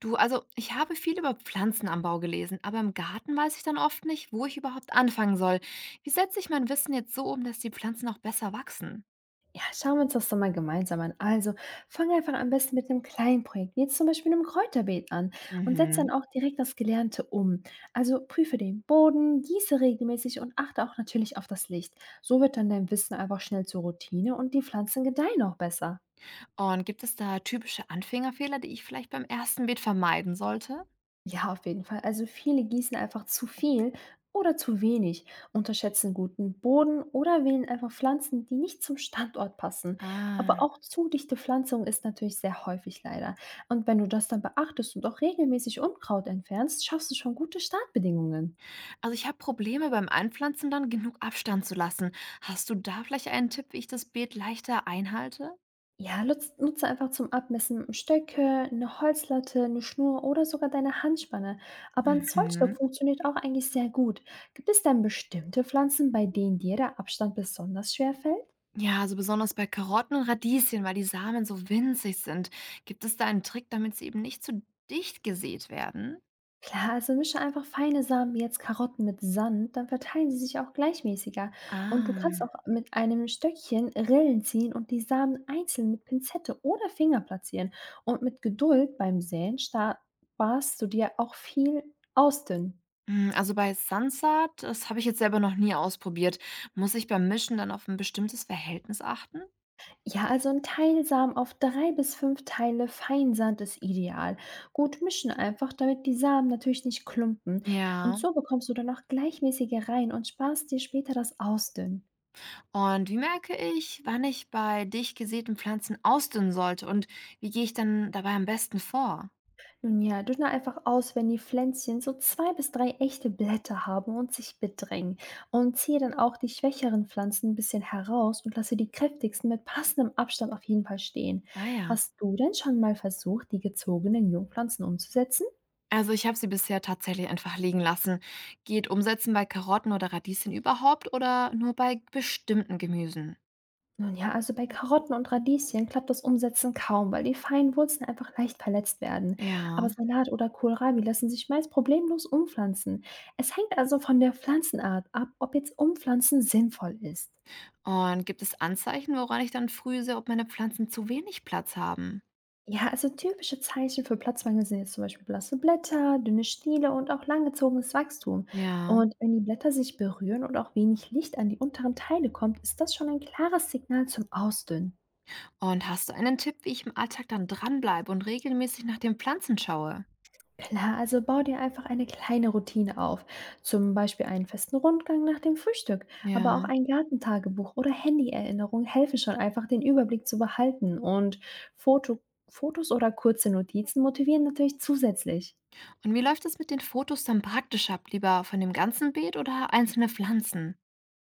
Du, also ich habe viel über Pflanzenanbau gelesen, aber im Garten weiß ich dann oft nicht, wo ich überhaupt anfangen soll. Wie setze ich mein Wissen jetzt so um, dass die Pflanzen auch besser wachsen? Ja, schauen wir uns das doch mal gemeinsam an. Also, fang einfach am besten mit einem kleinen Projekt, wie jetzt zum Beispiel einem Kräuterbeet an und setz dann Mhm. auch direkt das Gelernte um. Also prüfe den Boden, gieße regelmäßig und achte auch natürlich auf das Licht. So wird dann dein Wissen einfach schnell zur Routine und die Pflanzen gedeihen auch besser. Und gibt es da typische Anfängerfehler, die ich vielleicht beim ersten Beet vermeiden sollte? Ja, auf jeden Fall. Also viele gießen einfach zu viel oder zu wenig, unterschätzen guten Boden oder wählen einfach Pflanzen, die nicht zum Standort passen. Aber Ah. auch zu dichte Pflanzung ist natürlich sehr häufig leider. Und wenn du das dann beachtest und auch regelmäßig Unkraut entfernst, schaffst du schon gute Startbedingungen. Also ich habe Probleme beim Einpflanzen dann genug Abstand zu lassen. Hast du da vielleicht einen Tipp, wie ich das Beet leichter einhalte? Ja, lutz nutze einfach zum Abmessen Stöcke, eine Holzlatte, eine Schnur oder sogar deine Handspanne. Aber ein Zollstock Mhm. funktioniert auch eigentlich sehr gut. Gibt es denn bestimmte Pflanzen, bei denen dir der Abstand besonders schwer fällt? Ja, also besonders bei Karotten und Radieschen, weil die Samen so winzig sind. Gibt es da einen Trick, damit sie eben nicht zu dicht gesät werden? Klar, also mische einfach feine Samen wie jetzt Karotten mit Sand, dann verteilen sie sich auch gleichmäßiger. Und du kannst Ah, auch mit einem Stöckchen Rillen ziehen und die Samen einzeln mit Pinzette oder Finger platzieren. Und mit Geduld beim Säen sta sparst du dir auch viel Ausdünnen. hm, also bei Sansat, das habe ich jetzt selber noch nie ausprobiert. Muss ich beim Mischen dann auf ein bestimmtes Verhältnis achten? Ja, also 'n Teilsamen auf 3 bis 5 Teile Feinsand ist ideal. Gut mischen einfach, damit die Samen natürlich nicht klumpen. Und Ja. so bekommst du dann auch gleichmäßige Reihen und sparst dir später das Ausdünnen. Und wie merke ich, wann ich bei dicht gesäten Pflanzen ausdünnen sollte und wie gehe ich dann dabei am besten vor? Nun ja, dünne einfach aus, wenn die Pflänzchen so 2 bis 3 echte Blätter haben und sich bedrängen. Und ziehe dann auch die schwächeren Pflanzen ein bisschen heraus und lasse die kräftigsten mit passendem Abstand auf jeden Fall stehen. Ah ja. Hast du denn schon mal versucht, die gezogenen Jungpflanzen umzusetzen? Also ich habe sie bisher tatsächlich einfach liegen lassen. Geht Umsetzen bei Karotten oder Radieschen überhaupt oder nur bei bestimmten Gemüsen? Nun ja, also bei Karotten und Radieschen klappt das Umsetzen kaum, weil die feinen Wurzeln einfach leicht verletzt werden. Ja. Aber Salat oder Kohlrabi lassen sich meist problemlos umpflanzen. Es hängt also von der Pflanzenart ab, ob jetzt Umpflanzen sinnvoll ist. Und gibt es Anzeichen, woran ich dann früh sehe, ob meine Pflanzen zu wenig Platz haben? Ja, also typische Zeichen für Platzmangel sind jetzt zum Beispiel blasse Blätter, dünne Stiele und auch langgezogenes Wachstum. Ja. Und wenn die Blätter sich berühren und auch wenig Licht an die unteren Teile kommt, ist das schon ein klares Signal zum Ausdünnen. Und hast du einen Tipp, wie ich im Alltag dann dranbleibe und regelmäßig nach den Pflanzen schaue? Klar, also bau dir einfach eine kleine Routine auf, zum Beispiel einen festen Rundgang nach dem Frühstück, aber Ja. auch ein Gartentagebuch oder Handyerinnerungen helfen schon einfach, den Überblick zu behalten und Foto, Fotos oder kurze Notizen motivieren natürlich zusätzlich. Und wie läuft es mit den Fotos dann praktisch ab? Lieber von dem ganzen Beet oder einzelne Pflanzen?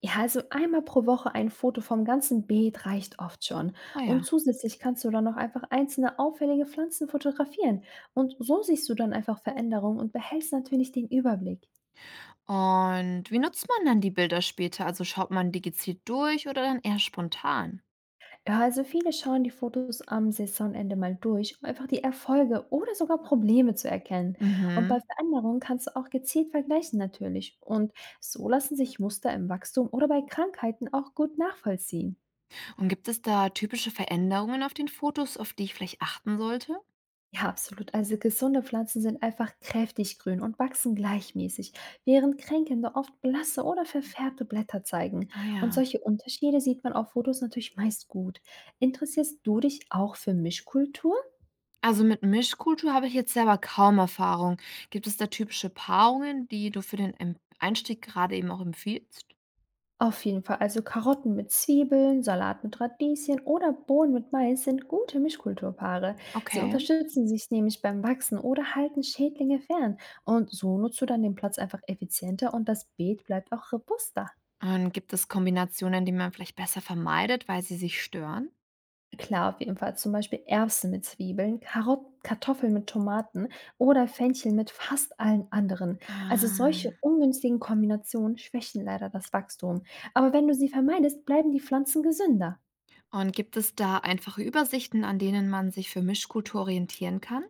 Ja, also einmal pro Woche ein Foto vom ganzen Beet reicht oft schon. Oh Und ja. zusätzlich kannst du dann noch einfach einzelne auffällige Pflanzen fotografieren. Und so siehst du dann einfach Veränderungen und behältst natürlich den Überblick. Und wie nutzt man dann die Bilder später? Also schaut man die gezielt durch oder dann eher spontan? Ja, also viele schauen die Fotos am Saisonende mal durch, um einfach die Erfolge oder sogar Probleme zu erkennen. Und bei Mhm. Veränderungen kannst du auch gezielt vergleichen natürlich. Und so lassen sich Muster im Wachstum oder bei Krankheiten auch gut nachvollziehen. Und gibt es da typische Veränderungen auf den Fotos, auf die ich vielleicht achten sollte? Ja, absolut. Also gesunde Pflanzen sind einfach kräftig grün und wachsen gleichmäßig, während kränkende oft blasse oder verfärbte Blätter zeigen. Ah Und ja. solche Unterschiede sieht man auf Fotos natürlich meist gut. Interessierst du dich auch für Mischkulturen? Also mit Mischkultur habe ich jetzt selber kaum Erfahrung. Gibt es da typische Paarungen, die du für den Einstieg gerade eben auch empfiehlst? Auf jeden Fall. Also Karotten mit Zwiebeln, Salat mit Radieschen oder Bohnen mit Mais sind gute Mischkulturpaare. Sie Okay. unterstützen sich nämlich beim Wachsen oder halten Schädlinge fern. Und so nutzt du dann den Platz einfach effizienter und das Beet bleibt auch robuster. Und gibt es Kombinationen, die man vielleicht besser vermeidet, weil sie sich stören? Klar, auf jeden Fall. Zum Beispiel Erbsen mit Zwiebeln, Karotten, Kartoffeln mit Tomaten oder Fenchel mit fast allen anderen. Also Ah. solche ungünstigen Kombinationen schwächen leider das Wachstum. Aber wenn du sie vermeidest, bleiben die Pflanzen gesünder. Und gibt es da einfache Übersichten, an denen man sich für Mischkultur orientieren kann?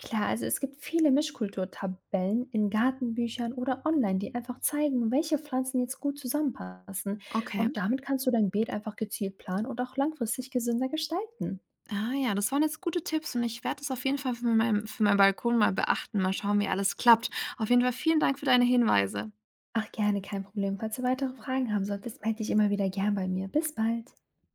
Klar, also es gibt viele Mischkulturtabellen in Gartenbüchern oder online, die einfach zeigen, welche Pflanzen jetzt gut zusammenpassen. Okay. Und damit kannst du dein Beet einfach gezielt planen und auch langfristig gesünder gestalten. Ah ja, das waren jetzt gute Tipps und ich werde das auf jeden Fall für meinen Balkon mal beachten. Mal schauen, wie alles klappt. Auf jeden Fall vielen Dank für deine Hinweise. Ach gerne, kein Problem. Falls du weitere Fragen haben solltest, melde dich immer wieder gern bei mir. Bis bald.